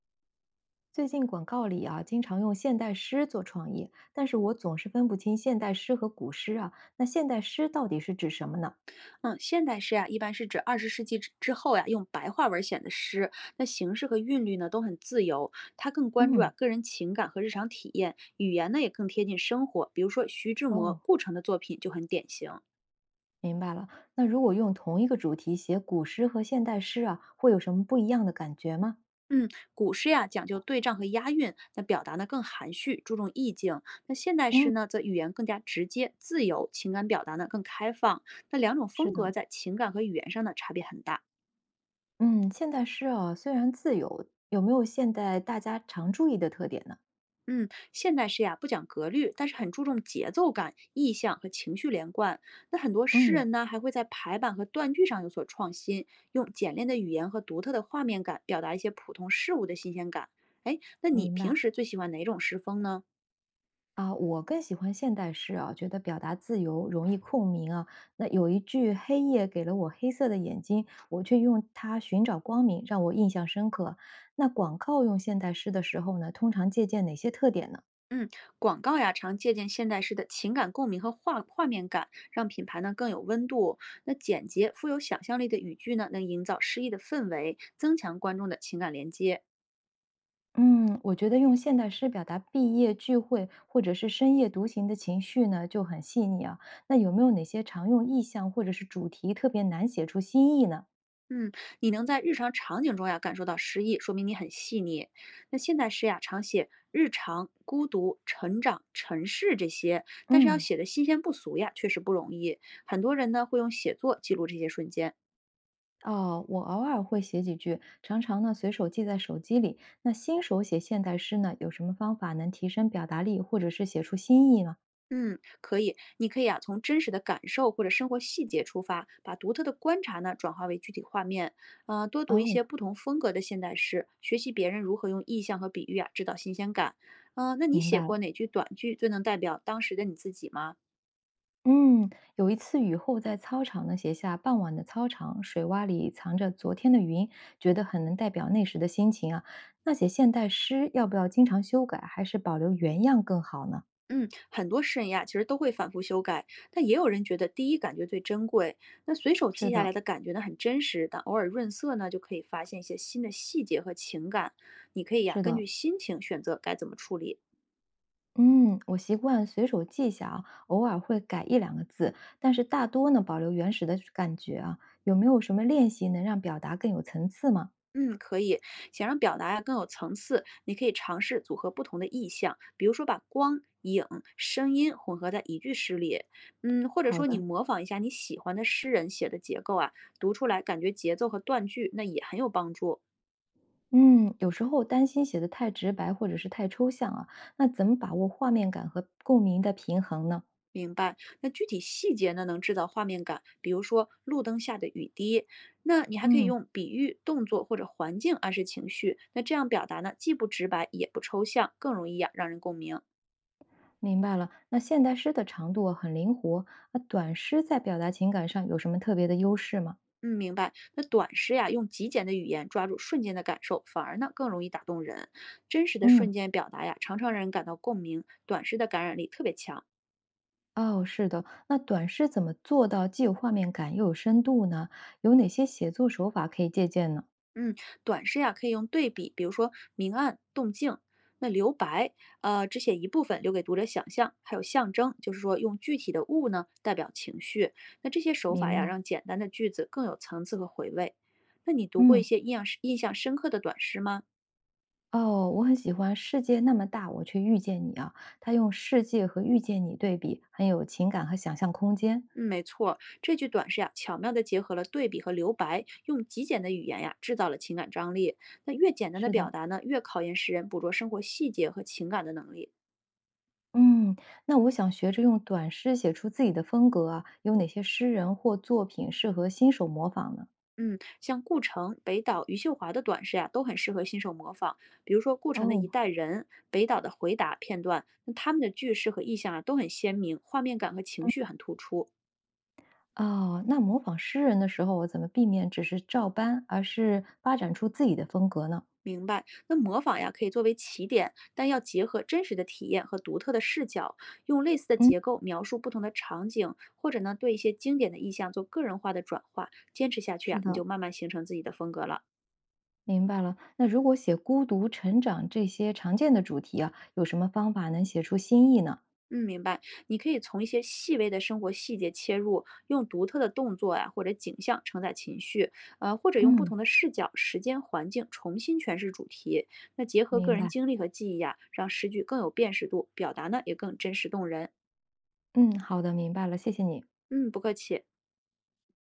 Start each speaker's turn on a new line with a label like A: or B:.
A: 最近广告里啊，经常用现代诗做创意，但是我总是分不清现代诗和古诗啊。那现代诗到底是指什么呢？
B: 嗯，现代诗呀、一般是指二十世纪之后呀、用白话文写的诗。那形式和韵律呢，都很自由。它更关注啊
A: 嗯。
B: 个人情感和日常体验，语言呢也更贴近生活。比如说徐志摩、
A: 哦，
B: 顾城的作品就很典型。
A: 明白了。那如果用同一个主题写古诗和现代诗啊，会有什么不一样的感觉吗？
B: 嗯，古诗呀、讲究对仗和押韵，那表达呢更含蓄，注重意境。那现代诗
A: 嗯，
B: 呢，则语言更加直接、自由，情感表达呢更开放。那两种
A: 是
B: 风
A: 的，
B: 格在情感和语言上的差别很大。
A: 嗯，现代诗啊，虽然自由，有没有现代大家常注意的特点呢？
B: 嗯，现代诗呀不讲格律，但是很注重节奏感、意象和情绪连贯。那很多诗
A: 嗯，
B: 人呢，还会在排版和断句上有所创新，用简练的语言和独特的画面感，表达一些普通事物的新鲜感。哎，那你
A: 明
B: 平
A: 白。
B: 时最喜欢哪种诗风呢？
A: 啊，我更喜欢现代诗啊，觉得表达自由，容易共鸣啊。那有一句“黑夜给了我黑色的眼睛，我却用它寻找光明”，让我印象深刻。那广告用现代诗的时候呢，通常借鉴哪些特点呢？
B: 嗯，广告呀，常借鉴现代诗的情感共鸣和画面感，让品牌呢更有温度。那简洁、富有想象力的语句呢，能营造诗意的氛围，增强观众的情感连接。
A: 嗯，我觉得用现代诗表达毕业聚会或者是深夜独行的情绪呢，就很细腻啊。那有没有哪些常用意象或者是主题特别难写出新意呢？
B: 嗯，你能在日常场景中呀感受到诗意，说明你很细腻。那现代诗呀常写日常、孤独、成长、尘世这些，但是要
A: 嗯。
B: 写的新鲜不俗呀，确实不容易。很多人呢会用写作记录这些瞬间。
A: 哦，我偶尔会写几句，常常呢随手记在手机里。那新手写现代诗呢，有什么方法能提升表达力，或者是写出新意呢？
B: 嗯，可以，你可以啊从真实的感受或者生活细节出发，把独特的观察呢转化为具体画面。多读一些
A: 哦，
B: 不同风格的现代诗，学习别人如何用意象和比喻啊制造新鲜感。嗯、那你
A: 明
B: 写
A: 白了。
B: 过哪句短句最能代表当时的你自己吗？
A: 嗯，有一次雨后在操场呢写下“傍晚的操场，水洼里藏着昨天的云”，觉得很能代表那时的心情啊。那写现代诗要不要经常修改，还是保留原样更好呢？
B: 嗯，很多诗人呀，其实都会反复修改，但也有人觉得第一感觉最珍贵。那随手
A: 是
B: 记下
A: 的，
B: 来的感觉呢，很真实，但偶尔润色呢，就可以发现一些新的细节和情感。你可以呀，
A: 是
B: 根
A: 的，
B: 据心情选择该怎么处理。
A: 嗯，我习惯随手记下啊，偶尔会改一两个字，但是大多呢保留原始的感觉啊。有没有什么练习能让表达更有层次吗？
B: 嗯，可以。想让表达呀更有层次，你可以尝试组合不同的意象，比如说把光、影、声音混合在一句诗里。嗯，或者
A: 好
B: 说你
A: 的，
B: 模仿一下你喜欢的诗人写的结构啊，读出来感觉节奏和断句，那也很有帮助。
A: 嗯，有时候担心写的太直白或者是太抽象啊，那怎么把握画面感和共鸣的平衡呢？
B: 明白，那具体细节呢，能制造画面感，比如说路灯下的雨滴。那你还可以
A: 嗯，
B: 用比喻、动作或者环境暗示情绪。那这样表达呢，既不直白也不抽象，更容易呀、让人共鸣。
A: 明白了。那现代诗的长度啊很灵活，那短诗在表达情感上有什么特别的优势吗？
B: 嗯，明白。那短诗呀，用极简的语言抓住瞬间的感受，反而呢更容易打动人。真实的
A: 嗯。
B: 瞬间表达呀，常常让人感到共鸣，短诗的感染力特别强。
A: 哦，是的，那短诗怎么做到既有画面感又有深度呢？有哪些写作手法可以借鉴呢？
B: 嗯，短诗呀，可以用对比，比如说明暗、动静。那留白，只写一部分，留给读者想象；还有象征，就是说用具体的物呢代表情绪。那这些手法
A: 明
B: 呀，
A: 白，
B: 让简单的句子更有层次和回味。那你读过一
A: 嗯，
B: 些印象深刻的短诗吗？
A: 哦，我很喜欢《世界那么大，我却遇见你》啊，他用世界和遇见你对比，很有情感和想象空间。
B: 嗯，没错，这句短诗呀，巧妙地结合了对比和留白，用极简的语言呀，制造了情感张力。那越简单的
A: 是
B: 表
A: 的，
B: 达呢，越考验诗人捕捉生活细节和情感的能力。
A: 嗯，那我想学着用短诗写出自己的风格啊，有哪些诗人或作品适合新手模仿呢？
B: 嗯，像顾城、北岛、余秀华的短诗呀、都很适合新手模仿。比如说顾城的一
A: 哦。
B: 代人，北岛的回答片段，那他们的句式和意象啊都很鲜明，画面感和情绪很突出。
A: 哦，那模仿诗人的时候，我怎么避免只是照搬，而是发展出自己的风格呢？
B: 明白，那模仿呀可以作为起点，但要结合真实的体验和独特的视角，用类似的
A: 嗯。
B: 结构描述不同的场景，或者呢对一些经典的意象做个人化的转化。坚持下去
A: 是
B: 啊，你就
A: 的，
B: 慢慢形成自己的风格了。
A: 明白了。那如果写孤独、成长这些常见的主题啊，有什么方法能写出新意呢？
B: 嗯，明白。你可以从一些细微的生活细节切入，用独特的动作呀、或者景象承载情绪，或者用不
A: 嗯，
B: 同的视角、时间、环境重新诠释主题。那结合个
A: 明
B: 人
A: 白。
B: 经历和记忆呀、让诗句更有辨识度，表达呢也更真实动人。
A: 嗯，好的，明白了，谢谢你。
B: 嗯，不客气。